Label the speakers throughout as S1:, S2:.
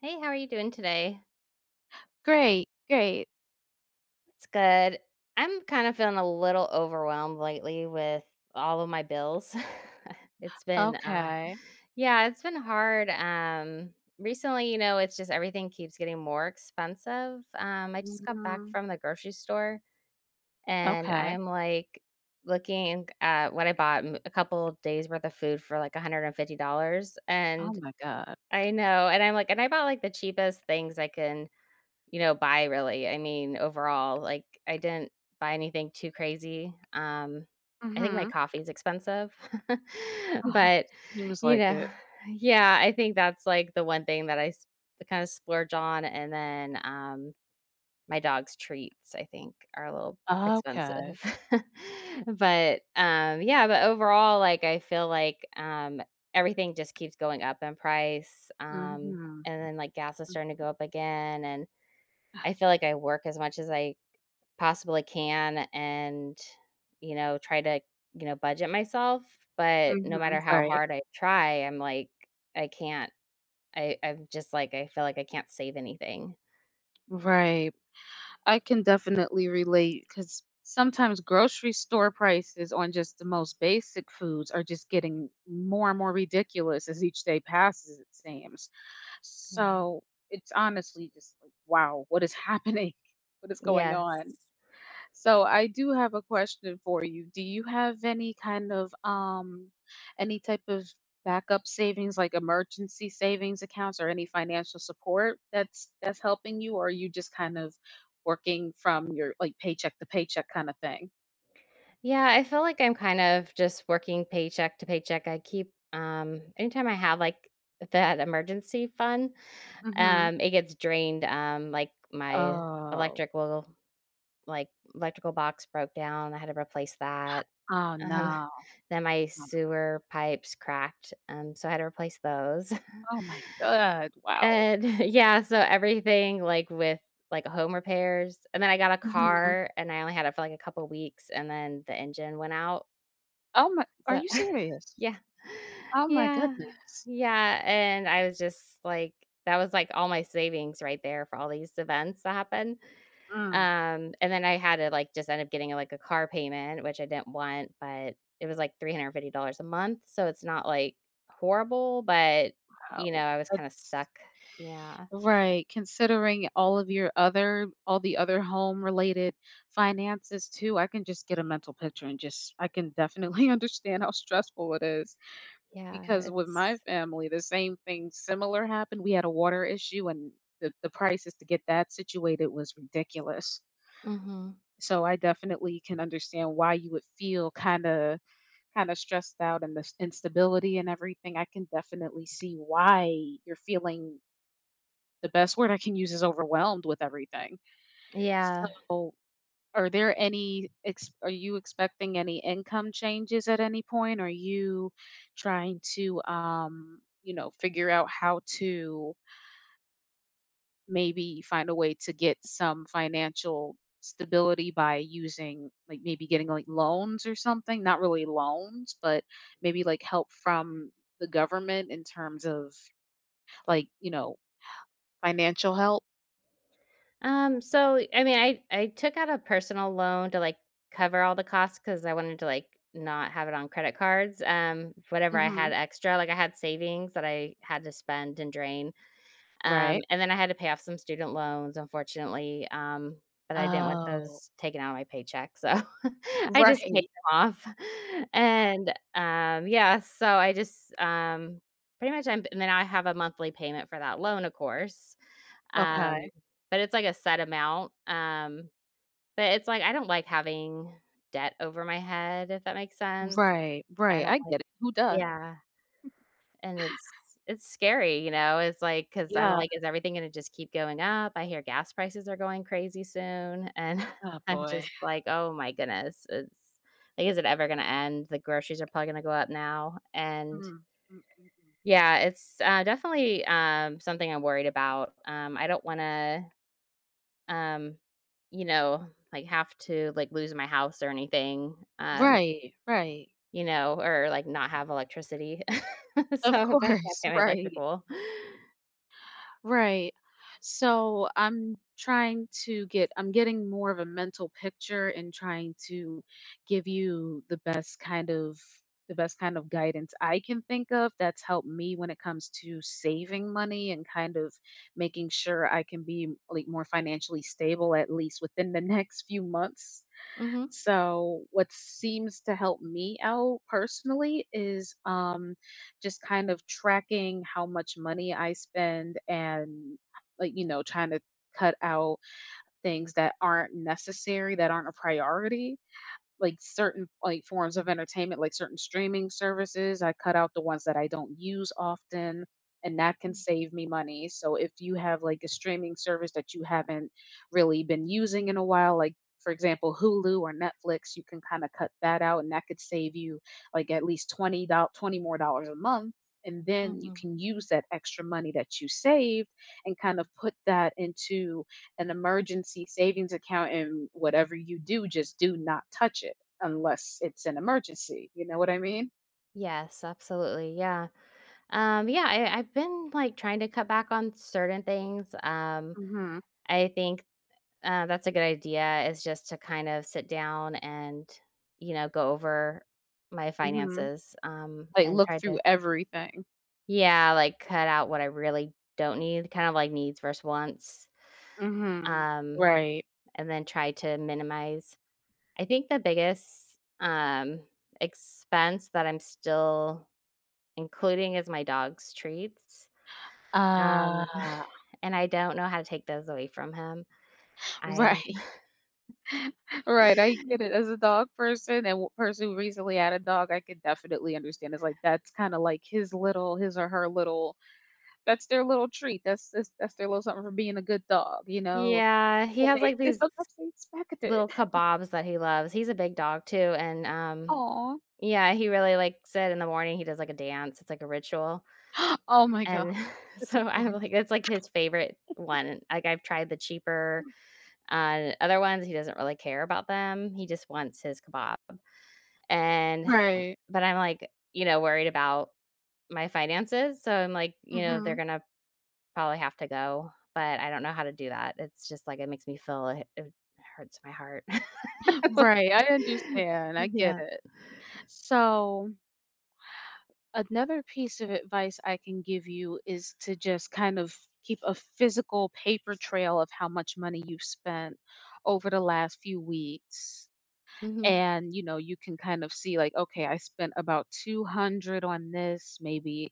S1: Hey, how are you doing today?
S2: Great, great.
S1: It's good. I'm kind of feeling a little overwhelmed lately with all of my bills. it's been
S2: Okay.
S1: yeah, it's been hard. Recently, you know, it's just everything keeps getting more expensive. I just got back
S2: Mhm.
S1: from the grocery store and
S2: Okay.
S1: I'm like looking at what I bought a couple of days worth of food for like $150.
S2: Oh
S1: And
S2: my god.
S1: I know, and I'm like, and I bought like the cheapest things I can, you know, buy really. I mean, overall, like I didn't buy anything too crazy. I think my
S2: Mhm.
S1: coffee's expensive,
S2: Oh,
S1: but
S2: seems
S1: you
S2: like
S1: know,
S2: it.
S1: yeah, I think that's like the one thing that I kind of splurge on. And then my dog's treats I think are a little
S2: Okay.
S1: expensive, but yeah, but overall, like I feel like everything just keeps going up in price.
S2: Mhm.
S1: And then like gas is
S2: M.
S1: starting to go up again. And I feel like I work as much as I possibly can and, you know, try to, you know, budget myself, but no
S2: Mhm.
S1: matter how
S2: Right.
S1: hard I try, I'm like, I can't. I'm just like, I feel like I can't save anything.
S2: Right. I can definitely relate because sometimes grocery store prices on just the most basic foods are just getting more and more ridiculous as each day passes, it seems.
S1: Yeah.
S2: So, it's honestly just like, wow, what is happening? What is going
S1: Yes.
S2: on? So I do have a question for you. Do you have any kind of any type of backup savings like emergency savings accounts or any financial support that's helping you, or are you just kind of working from your like paycheck to paycheck kind of thing?
S1: Yeah, I feel like I'm kind of just working paycheck to paycheck. I keep anytime I have like that emergency fund,
S2: Hmm.
S1: it gets drained. Like my
S2: Oh.
S1: electric will, like, electrical box broke down. I had to replace that.
S2: Oh
S1: Um,
S2: no.
S1: then my
S2: Oh.
S1: sewer pipes cracked, so I had to replace those.
S2: Oh my god. Wow.
S1: And yeah, so everything, like, with, like, home repairs. And then I got a
S2: Hmm.
S1: car, and I only had it for, like, a couple weeks, and then the engine went out.
S2: Oh my, are
S1: So
S2: you serious?
S1: yeah.
S2: Oh my
S1: Yeah.
S2: goodness.
S1: Yeah, and I was just like that was, like, all my savings right there for all these events that happened.
S2: Mm,
S1: And then I had to, like, just end up getting, like, a car payment, which I didn't want, but it was, like, $350 a month, so it's not, like, horrible, but, you know,
S2: wow.
S1: I was kinda
S2: That's—
S1: stuck. Yeah.
S2: Right, considering all of your other all the other home related finances too, I can just get a mental picture and just I can definitely understand how stressful it is
S1: Yeah,
S2: because with my
S1: it's
S2: family, the same thing similar happened. We had a water issue and the prices to get that situated was ridiculous.
S1: Mhm.
S2: So I definitely can understand why you would feel kind of stressed out and this instability and everything. I can definitely see why you're feeling the best word I can use is overwhelmed with everything.
S1: Yeah.
S2: So, are there any ex are you expecting any income changes at any point? Are you trying to, you know, figure out how to maybe find a way to get some financial stability by using, like, maybe getting, like, loans or something? Not really loans, but maybe, like, help from the government in terms of, like, you know, financial help?
S1: So, I mean, I took out a personal loan to, like, cover all the costs because I wanted to, like, not have it on credit cards. Whatever I
S2: Mhm.
S1: had extra, like, I had savings that I had to spend and drain.
S2: Right.
S1: And then I had to pay off some student loans, unfortunately, but I didn't want
S2: Oh.
S1: those taken out of my paycheck, so I just paid
S2: Right,
S1: them off. And, yeah, so I just, pretty much I'm, and then I have a monthly payment for that loan, of course,
S2: okay.
S1: um, but it's like a set amount, but it's like I don't like having debt over my head, if that makes sense.
S2: Right,
S1: I
S2: right,
S1: don't
S2: I
S1: like.
S2: get it. Who does?
S1: Yeah. And it's scary, you know, it's like because 'cause I'm
S2: Yeah.
S1: like, "Is everything gonna just keep going up?" I hear gas prices are going crazy soon, and
S2: Oh,
S1: I'm
S2: boy.
S1: just like, "Oh my goodness, it's like, is it ever gonna end?" The groceries are probably gonna go up now, and
S2: Mm, mm, mm, mm.
S1: yeah, it's, definitely, something I'm worried about. I don't wanna, um, you know, like, have to, like, lose my house or anything,
S2: Right, right.
S1: you know, or, like, not have electricity.
S2: Of
S1: So if I can't
S2: course,
S1: pay my
S2: right.
S1: electrical.
S2: Right. So I'm getting more of a mental picture and trying to give you the best kind of guidance I can think of that's helped me when it comes to saving money and kind of making sure I can be like more financially stable at least within the next few months.
S1: Mhm.
S2: So, what seems to help me out personally is just kind of tracking how much money I spend and, like, you know, trying to cut out things that aren't necessary, that aren't a priority, like certain like forms of entertainment, like certain streaming services. I cut out the ones that I don't use often, and that can save me money. So if you have like a streaming service that you haven't really been using in a while, like for example, Hulu or Netflix, you can kind of cut that out, and that could save you like at least 20 more dollars a month. And then you
S1: Mhm.
S2: can use that extra money that you saved and kind of put that into an emergency savings account, and whatever you do, just do not touch it unless it's an emergency. You know what I mean?
S1: Yes, absolutely. Yeah. Yeah, I've been like trying to cut back on certain things.
S2: Mhm.
S1: I think that's a good idea is just to kind of sit down and, you know, go over my
S2: Mhm.
S1: finances,
S2: Like,
S1: and
S2: look
S1: try
S2: through
S1: to,
S2: everything.
S1: yeah, like cut out what I really don't need, kind of like needs versus wants,
S2: Mhm.
S1: um,
S2: Right.
S1: and then try to minimize. I think the biggest expense that I'm still including as my dog's treats, um,
S2: Ah,
S1: and I don't know how to take those away from him. I
S2: right, right, I get it. As a dog person and w person who recently had a dog, I could definitely understand. It's like that's kinda like his little his or her little that's their little treat. That's their little something for being a good dog, you know?
S1: yeah, he
S2: And
S1: has, like,
S2: they
S1: these
S2: sometimes they expect it.
S1: little kebabs that he loves. He's a big dog too, and,
S2: Aw.
S1: yeah, he really likes it in the morning, he does, like, a dance, it's like a ritual.
S2: Oh my god,
S1: And
S2: that's
S1: so I'm like
S2: adorable.
S1: it's like his favorite one. Like, I've tried the cheaper, other ones, he doesn't really care about them. He just wants his kebab. And
S2: Right.
S1: but I'm like, you know, worried about my finances, so I'm like, you know, they're
S2: Mhm.
S1: gonna probably have to go, but I don't know how to do that. It's just like it makes me feel, it hurts my heart.
S2: Right, I understand, I get
S1: Yeah.
S2: it. So, another piece of advice I can give you is to just kind of keep a physical paper trail of how much money you've spent over the last few weeks.
S1: Mhm.
S2: And you know, you can kind of see like, okay, I spent about 200 on this, maybe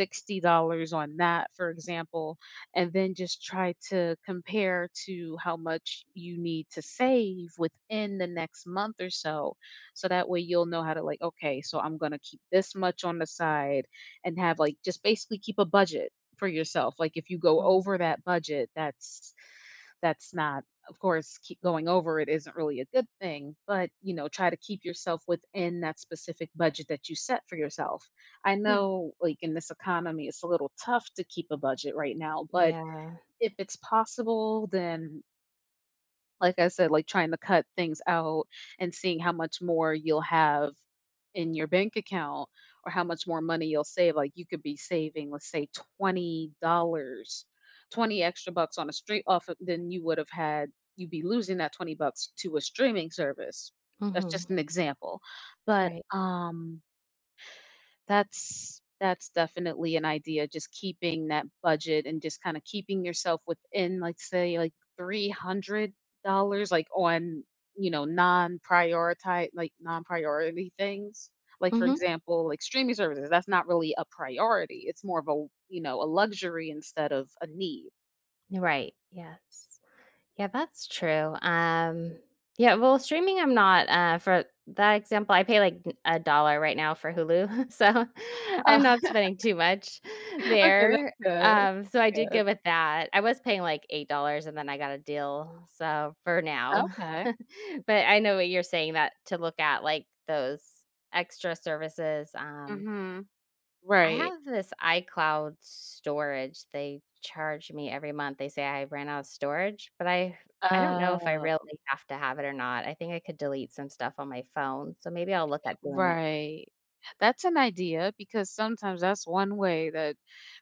S2: $60 on that, for example. And then just try to compare to how much you need to save within the next month or so, so that way you'll know how to, like, okay, so I'm going to keep this much on the side and have like, just basically keep a budget for yourself. Like, if you go
S1: Mhm.
S2: over that budget, that's not, of course, keep going over it isn't really a good thing, but you know, try to keep yourself within that specific budget that you set for yourself. I
S1: Mm.
S2: know, like in this economy, it's a little tough to keep a budget right now, but
S1: Yeah.
S2: if it's possible, then like I said, like trying to cut things out and seeing how much more you'll have in your bank account or how much more money you'll save. Like, you could be saving, let's say $20, dollars, 20 extra bucks on a street off of, than you would have had you'd be losing that 20 bucks to a streaming service. That's
S1: Mhm.
S2: just an example. But
S1: Right.
S2: that's definitely an idea, just keeping that budget and just kinda keeping yourself within, like, say, like, $300, like, on, you know, non-prioriti like, non-priority things. Like, for
S1: Mhm.
S2: example, like, streaming services, that's not really a priority, it's more of a, you know, a luxury instead of a need.
S1: Right. Yes. Yeah, that's true. Yeah, well, streaming, I'm not for that example. I pay like a dollar right now for Hulu, so I'm not
S2: Oh,
S1: spending too much
S2: okay, that's
S1: there.
S2: good. That's
S1: So I did
S2: good.
S1: good with that. I was paying like $8, and then I got a deal. So for now,
S2: Okay.
S1: but I know what you're saying, that to look at like those extra services.
S2: Mhm.
S1: I
S2: Right.
S1: have this iCloud storage. They charge me every month. They say I ran out of storage, but I don't know if I really
S2: Oh.
S1: have to have it or not. I think I could delete some stuff on my phone, so maybe I'll look at doing that.
S2: Right. That's an idea because sometimes that's one way that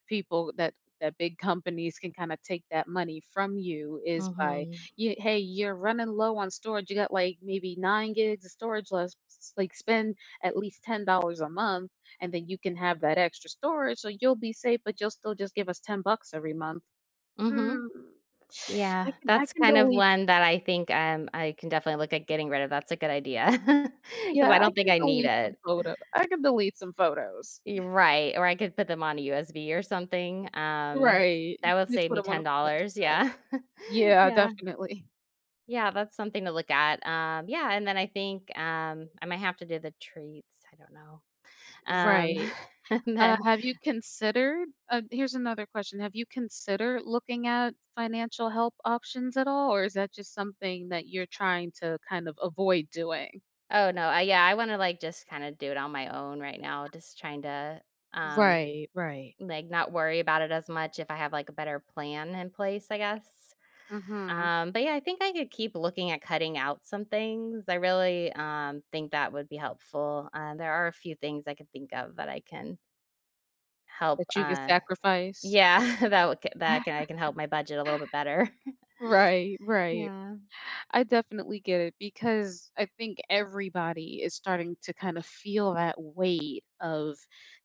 S2: people that big companies can kind of take that money from you, is by
S1: Mhm.
S2: you, hey, you're running low on storage. You got like maybe nine gigs of storage left. Like spend at least $10 a month, and then you can have that extra storage, so you'll be safe. But you'll still just give us 10 bucks every month. Mm,
S1: Mhm. Yeah,
S2: I
S1: that's
S2: can
S1: kind of
S2: delete.
S1: one that I think, I can definitely look at getting rid of. That's a good idea because
S2: Yeah,
S1: I
S2: I
S1: don't think
S2: can
S1: I need
S2: delete some
S1: it.
S2: photo. I can delete some photos.
S1: You're right, or I could put them on a USB or something.
S2: Right, you
S1: That would
S2: can just
S1: save
S2: put
S1: me
S2: them on a fast
S1: $10.
S2: track.
S1: Yeah.
S2: Yeah,
S1: Yeah.
S2: definitely.
S1: Yeah, that's something to look at. Yeah, and then I think, I might have to do the treats, I don't know. Um,
S2: Right.
S1: and then
S2: Have you considered Here's another question, have you considered looking at financial help options at all, or is that just something that you're trying to kind of avoid doing?
S1: oh, no, I yeah, I wanna, like, just kinda do it on my own right now, just trying to, um,
S2: Right, right.
S1: like, not worry about it as much if I have, like, a better plan in place, I guess.
S2: Mhm.
S1: But, yeah, I think I could keep looking at cutting out some things. I really, think that would be helpful. There are a few things I could think of that I can help,
S2: That you could
S1: uh.
S2: sacrifice.
S1: Yeah, that would that can I can help my budget a little bit better.
S2: Right, right.
S1: Yeah,
S2: I definitely get it because I think everybody is starting to kind of feel that weight of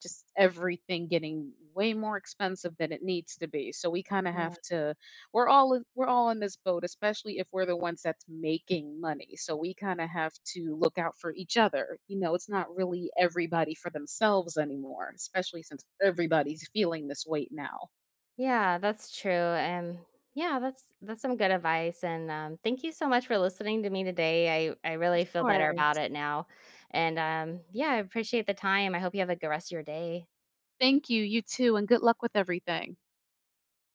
S2: just everything getting way more expensive than it needs to be. So we kind of
S1: yeah.
S2: have to we're all in this boat, especially if we're the ones that's making money. So we kind of have to look out for each other. You know, it's not really everybody for themselves anymore, especially since everybody's feeling this weight now.
S1: Yeah, that's true. And yeah, that's some good advice, and, thank you so much for listening to me today. I
S2: Of
S1: really feel better about
S2: course.
S1: it now, and, yeah, I appreciate the time. I hope you have a good rest of your day.
S2: Thank you. You too. And good luck with everything.